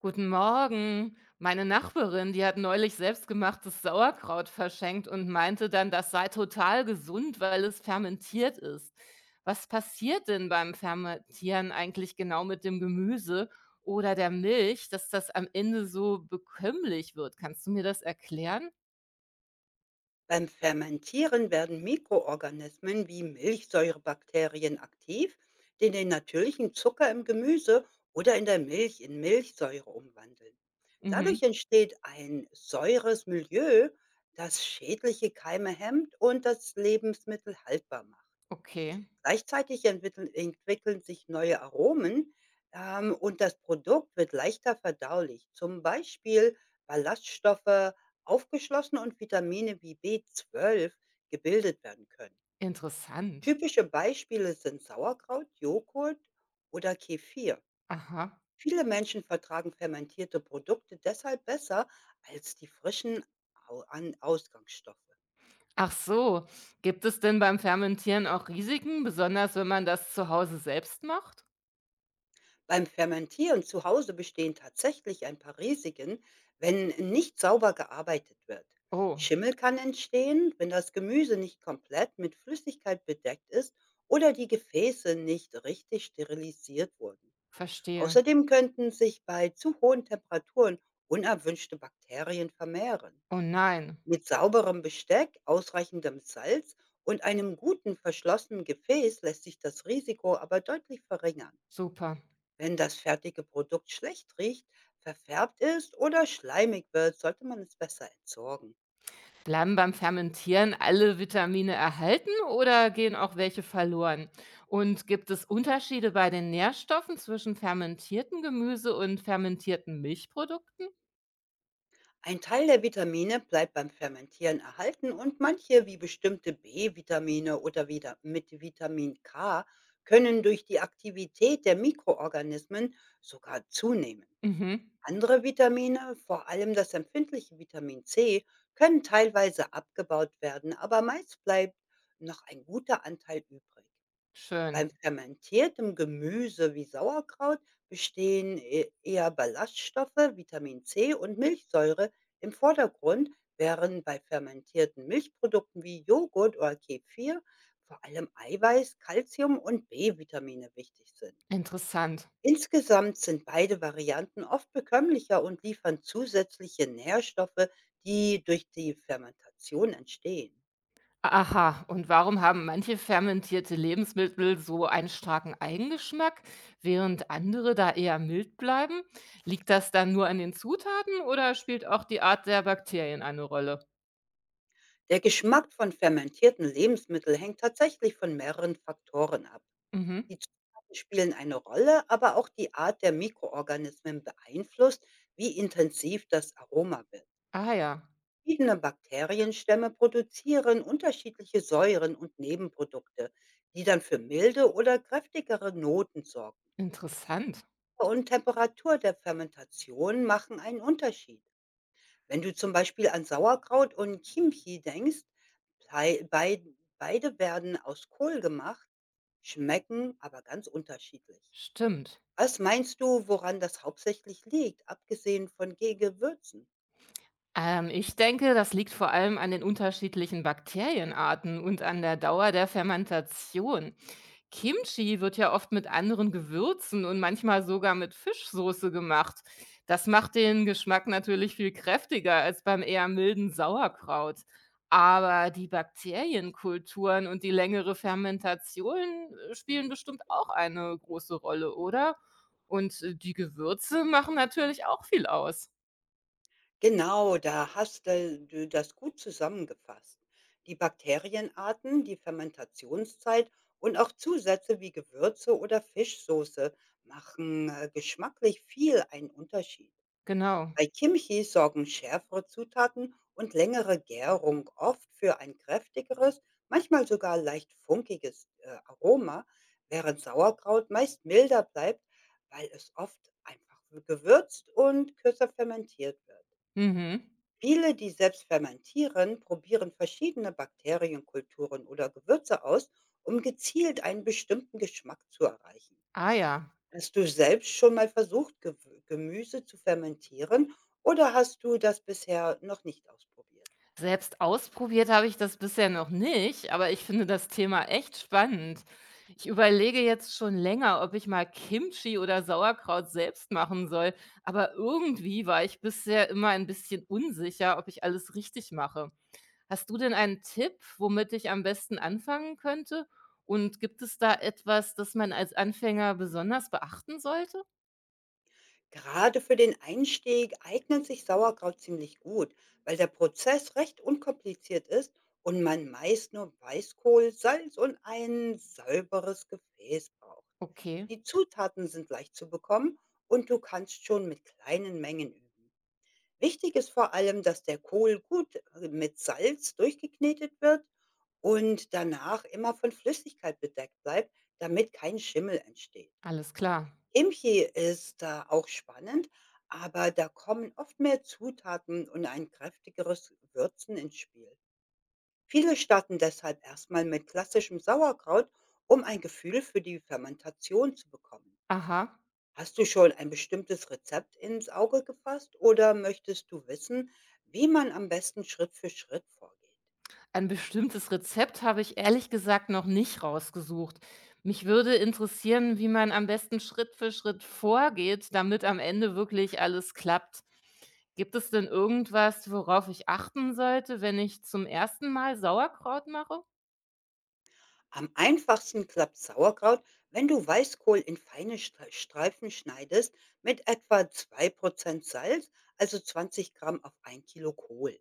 Guten Morgen. Meine Nachbarin, die hat neulich selbstgemachtes Sauerkraut verschenkt und meinte dann, das sei total gesund, weil es fermentiert ist. Was passiert denn beim Fermentieren eigentlich genau mit dem Gemüse oder der Milch, dass das am Ende so bekömmlich wird? Kannst du mir das erklären? Beim Fermentieren werden Mikroorganismen wie Milchsäurebakterien aktiv, die den natürlichen Zucker im Gemüse oder in der Milch in Milchsäure umwandeln. Mhm. Dadurch entsteht ein säures Milieu, das schädliche Keime hemmt und das Lebensmittel haltbar macht. Okay, Gleichzeitig entwickeln sich neue Aromen, und das Produkt wird leichter verdaulich, zum Beispiel Ballaststoffe aufgeschlossen und Vitamine wie B12 gebildet werden können. interessant. Typische Beispiele sind Sauerkraut, Joghurt oder Kefir. Aha. Viele Menschen vertragen fermentierte Produkte deshalb besser als die frischen an Ausgangsstoffe. Ach so, gibt es denn beim Fermentieren auch Risiken, besonders wenn man das zu Hause selbst macht? Beim Fermentieren zu Hause bestehen tatsächlich ein paar Risiken, wenn nicht sauber gearbeitet wird. Oh, Schimmel kann entstehen, wenn das Gemüse nicht komplett mit Flüssigkeit bedeckt ist oder die Gefäße nicht richtig sterilisiert wurden. verstehe. Außerdem könnten sich bei zu hohen Temperaturen unerwünschte Bakterien vermehren. Oh nein, Mit sauberem Besteck, ausreichendem Salz und einem guten verschlossenen Gefäß lässt sich das Risiko aber deutlich verringern. super. Wenn das fertige Produkt schlecht riecht, verfärbt ist oder schleimig wird, sollte man es besser entsorgen. Bleiben beim Fermentieren alle Vitamine erhalten oder gehen auch welche verloren? Und gibt es Unterschiede bei den Nährstoffen zwischen fermentiertem Gemüse und fermentierten Milchprodukten? Ein Teil der Vitamine bleibt beim Fermentieren erhalten und manche, wie bestimmte B-Vitamine oder wieder mit Vitamin K, können durch die Aktivität der Mikroorganismen sogar zunehmen. Mhm, Andere Vitamine, vor allem das empfindliche Vitamin C, können teilweise abgebaut werden, aber meist bleibt noch ein guter Anteil übrig. Beim schön. fermentiertem Gemüse wie Sauerkraut bestehen e eher Ballaststoffe, Vitamin C und Milchsäure im Vordergrund, während bei fermentierten Milchprodukten wie Joghurt oder Kefir vor allem Eiweiß, Calcium und B-Vitamine wichtig sind. Interessant. Insgesamt sind beide Varianten oft bekömmlicher und liefern zusätzliche Nährstoffe, die durch die Fermentation entstehen. Aha, und warum haben manche fermentierte Lebensmittel so einen starken Eigengeschmack, während andere da eher mild bleiben? Liegt das dann nur an den Zutaten oder spielt auch die Art der Bakterien eine Rolle? Der Geschmack von fermentierten Lebensmitteln hängt tatsächlich von mehreren Faktoren ab. Mhm. Die Zutaten spielen eine Rolle, aber auch die Art der Mikroorganismen beeinflusst, wie intensiv das Aroma wird. Ah ja, Verschiedene Bakterienstämme produzieren unterschiedliche Säuren und Nebenprodukte, die dann für milde oder kräftigere Noten sorgen. interessant. Und Temperatur der Fermentation machen einen Unterschied. Wenn du zum Beispiel an Sauerkraut und Kimchi denkst, blei bei beide werden aus Kohl gemacht, schmecken aber ganz unterschiedlich. Stimmt. Was meinst du, woran das hauptsächlich liegt, abgesehen von Ge Gewürzen? Ich denke, das liegt vor allem an den unterschiedlichen Bakterienarten und an der Dauer der Fermentation. Kimchi wird ja oft mit anderen Gewürzen und manchmal sogar mit Fischsoße gemacht. Das macht den Geschmack natürlich viel kräftiger als beim eher milden Sauerkraut. Aber die Bakterienkulturen und die längere Fermentation spielen bestimmt auch eine große Rolle, oder? Und die Gewürze machen natürlich auch viel aus. Genau, da hast de du das gut zusammengefasst. Die Bakterienarten, die Fermentationszeit und auch Zusätze wie Gewürze oder Fischsoße machen, geschmacklich viel einen Unterschied. Genau. Bei Kimchi sorgen schärfere Zutaten und längere Gärung oft für ein kräftigeres, manchmal sogar leicht funkiges Aroma, während Sauerkraut meist milder bleibt, weil es oft einfach gewürzt und kürzer fermentiert wird. Mhm. Viele, die selbst fermentieren, probieren verschiedene Bakterienkulturen oder Gewürze aus, um gezielt einen bestimmten Geschmack zu erreichen. Ah ja. Hast du selbst schon mal versucht, Gewü Gemüse zu fermentieren oder hast du das bisher noch nicht ausprobiert? Selbst ausprobiert habe ich das bisher noch nicht, aber ich finde das Thema echt spannend. Ich überlege jetzt schon länger, ob ich mal Kimchi oder Sauerkraut selbst machen soll, aber irgendwie war ich bisher immer ein bisschen unsicher, ob ich alles richtig mache. Hast du denn einen Tipp, womit ich am besten anfangen könnte? Und gibt es da etwas, das man als Anfänger besonders beachten sollte? Gerade für den Einstieg eignet sich Sauerkraut ziemlich gut, weil der Prozess recht unkompliziert ist und man meist nur Weißkohl, Salz und ein sauberes Gefäß braucht. Okay, Die Zutaten sind leicht zu bekommen und du kannst schon mit kleinen Mengen üben. Wichtig ist vor allem, dass der Kohl gut mit Salz durchgeknetet wird und danach immer von Flüssigkeit bedeckt bleibt, damit kein Schimmel entsteht. alles klar. Imchi ist da auch spannend, aber da kommen oft mehr Zutaten und ein kräftigeres Würzen ins Spiel. Viele starten deshalb erstmal mit klassischem Sauerkraut, um ein Gefühl für die Fermentation zu bekommen. Aha. Hast du schon ein bestimmtes Rezept ins Auge gefasst oder möchtest du wissen, wie man am besten Schritt für Schritt vorgeht? Ein bestimmtes Rezept habe ich ehrlich gesagt noch nicht rausgesucht. Mich würde interessieren, wie man am besten Schritt für Schritt vorgeht, damit am Ende wirklich alles klappt. Gibt es denn irgendwas, worauf ich achten sollte, wenn ich zum ersten Mal Sauerkraut mache? Am einfachsten klappt Sauerkraut, wenn du Weißkohl in feine Streifen schneidest mit etwa 2% Salz, also 20 g auf 1 kg Kohl.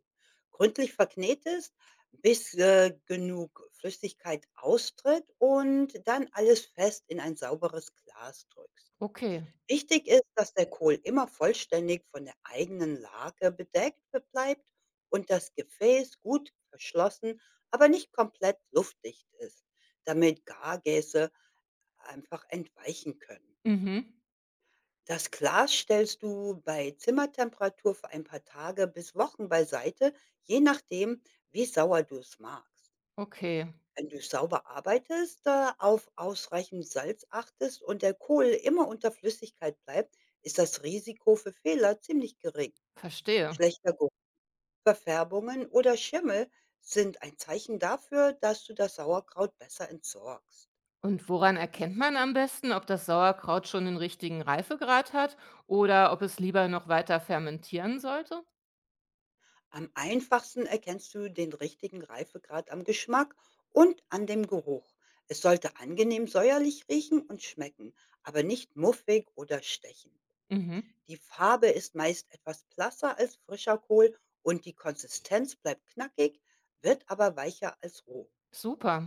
Gründlich verknetest, bis genug Flüssigkeit austritt und dann alles fest in ein sauberes Glas drückst. Okay. Wichtig ist, dass der Kohl immer vollständig von der eigenen Lage bedeckt be bleibt und das Gefäß gut verschlossen, aber nicht komplett luftdicht ist, damit Gargäse einfach entweichen können. Mhm. Das Glas stellst du bei Zimmertemperatur für ein paar Tage bis Wochen beiseite, je nachdem, wie sauer du es magst. Okay. Wenn du sauber arbeitest, auf ausreichend Salz achtest und der Kohl immer unter Flüssigkeit bleibt, ist das Risiko für Fehler ziemlich gering. Verstehe. Schlechter Geruch, Verfärbungen oder Schimmel sind ein Zeichen dafür, dass du das Sauerkraut besser entsorgst. Und woran erkennt man am besten, ob das Sauerkraut schon den richtigen Reifegrad hat oder ob es lieber noch weiter fermentieren sollte? Am einfachsten erkennst du den richtigen Reifegrad am Geschmack und an dem Geruch. Es sollte angenehm säuerlich riechen und schmecken, aber nicht muffig oder stechen. Mhm. Die Farbe ist meist etwas blasser als frischer Kohl und die Konsistenz bleibt knackig, wird aber weicher als roh. Super.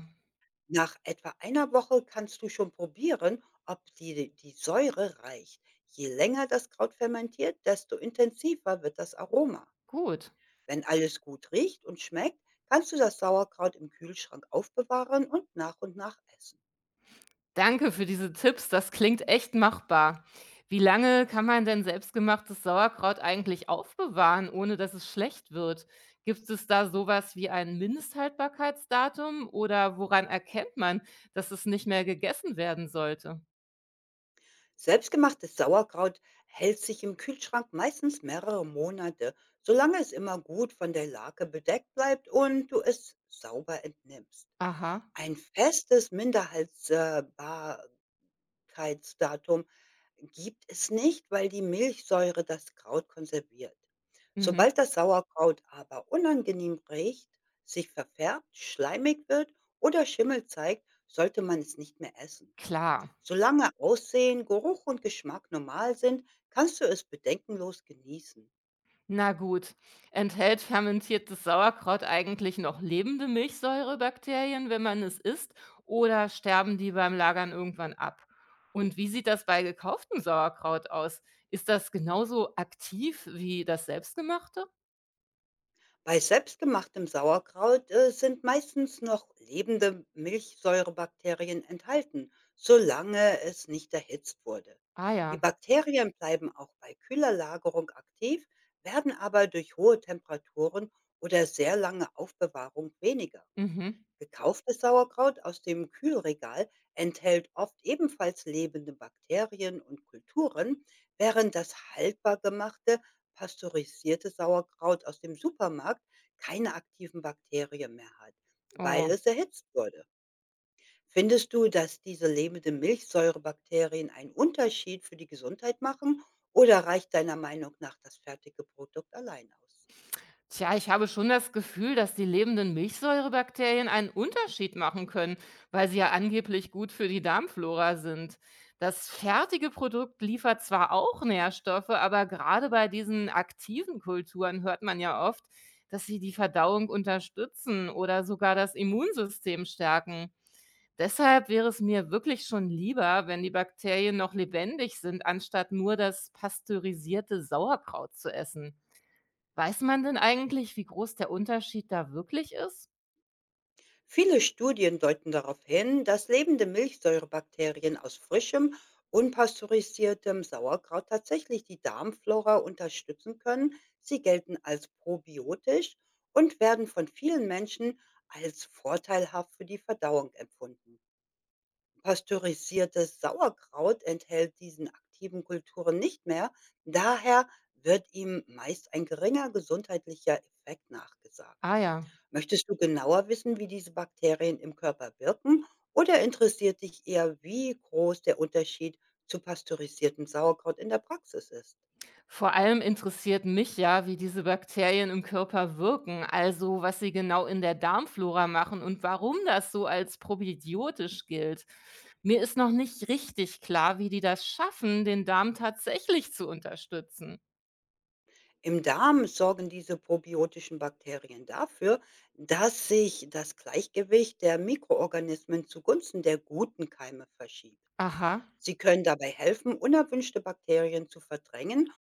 Nach etwa einer Woche kannst du schon probieren, ob die Säure reicht. Je länger das Kraut fermentiert, desto intensiver wird das Aroma. Gut. Wenn alles gut riecht und schmeckt, kannst du das Sauerkraut im Kühlschrank aufbewahren und nach essen. Danke für diese Tipps, das klingt echt machbar. Wie lange kann man denn selbstgemachtes Sauerkraut eigentlich aufbewahren, ohne dass es schlecht wird? Gibt es da sowas wie ein Mindesthaltbarkeitsdatum oder woran erkennt man, dass es nicht mehr gegessen werden sollte? Selbstgemachtes Sauerkraut hält sich im Kühlschrank meistens mehrere Monate, solange es immer gut von der Lake bedeckt bleibt und du es sauber entnimmst. Aha, Ein festes Mindesthaltbarkeitsdatum gibt es nicht, weil die Milchsäure das Kraut konserviert. mhm, Sobald das Sauerkraut aber unangenehm riecht, sich verfärbt, schleimig wird oder Schimmel zeigt, sollte man es nicht mehr essen. klar. Solange Aussehen, Geruch und Geschmack normal sind, kannst du es bedenkenlos genießen. Na gut. Enthält fermentiertes Sauerkraut eigentlich noch lebende Milchsäurebakterien, wenn man es isst, oder sterben die beim Lagern irgendwann ab? Und wie sieht das bei gekauftem Sauerkraut aus? Ist das genauso aktiv wie das selbstgemachte? Bei selbstgemachtem Sauerkraut sind meistens noch lebende Milchsäurebakterien enthalten, solange es nicht erhitzt wurde. Ah Die ja. Bakterien bleiben auch bei kühler Lagerung aktiv, werden aber durch hohe Temperaturen oder sehr lange Aufbewahrung weniger. Mhm. Gekauftes Sauerkraut aus dem Kühlregal enthält oft ebenfalls lebende Bakterien und Kulturen, während das haltbar gemachte, pasteurisierte Sauerkraut aus dem Supermarkt keine aktiven Bakterien mehr hat, weil Oh. es erhitzt wurde. Findest du, dass diese lebenden Milchsäurebakterien einen Unterschied für die Gesundheit machen oder reicht deiner Meinung nach das fertige Produkt allein aus? Tja, ich habe schon das Gefühl, dass die lebenden Milchsäurebakterien einen Unterschied machen können, weil sie ja angeblich gut für die Darmflora sind. Das fertige Produkt liefert zwar auch Nährstoffe, aber gerade bei diesen aktiven Kulturen hört man ja oft, dass sie die Verdauung unterstützen oder sogar das Immunsystem stärken. Deshalb wäre es mir wirklich schon lieber, wenn die Bakterien noch lebendig sind, anstatt nur das pasteurisierte Sauerkraut zu essen. Weiß man denn eigentlich, wie groß der Unterschied da wirklich ist? Viele Studien deuten darauf hin, dass lebende Milchsäurebakterien aus frischem, unpasteurisiertem Sauerkraut tatsächlich die Darmflora unterstützen können. Sie gelten als probiotisch und werden von vielen Menschen als vorteilhaft für die Verdauung empfunden. Pasteurisiertes Sauerkraut enthält diesen aktiven Kulturen nicht mehr, daher wird ihm meist ein geringer gesundheitlicher Effekt nachgesagt. Ah ja, Möchtest du genauer wissen, wie diese Bakterien im Körper wirken oder interessiert dich eher, wie groß der Unterschied zu pasteurisiertem Sauerkraut in der Praxis ist? vor allem interessiert mich ja, wie diese Bakterien im Körper wirken, also was sie genau in der Darmflora machen und warum das so als probiotisch gilt. Mir ist noch nicht richtig klar, wie die das schaffen, den Darm tatsächlich zu unterstützen. Im Darm sorgen diese probiotischen Bakterien dafür, dass sich das Gleichgewicht der Mikroorganismen zugunsten der guten Keime verschiebt. Aha. Sie können dabei helfen, unerwünschte Bakterien zu verdrängen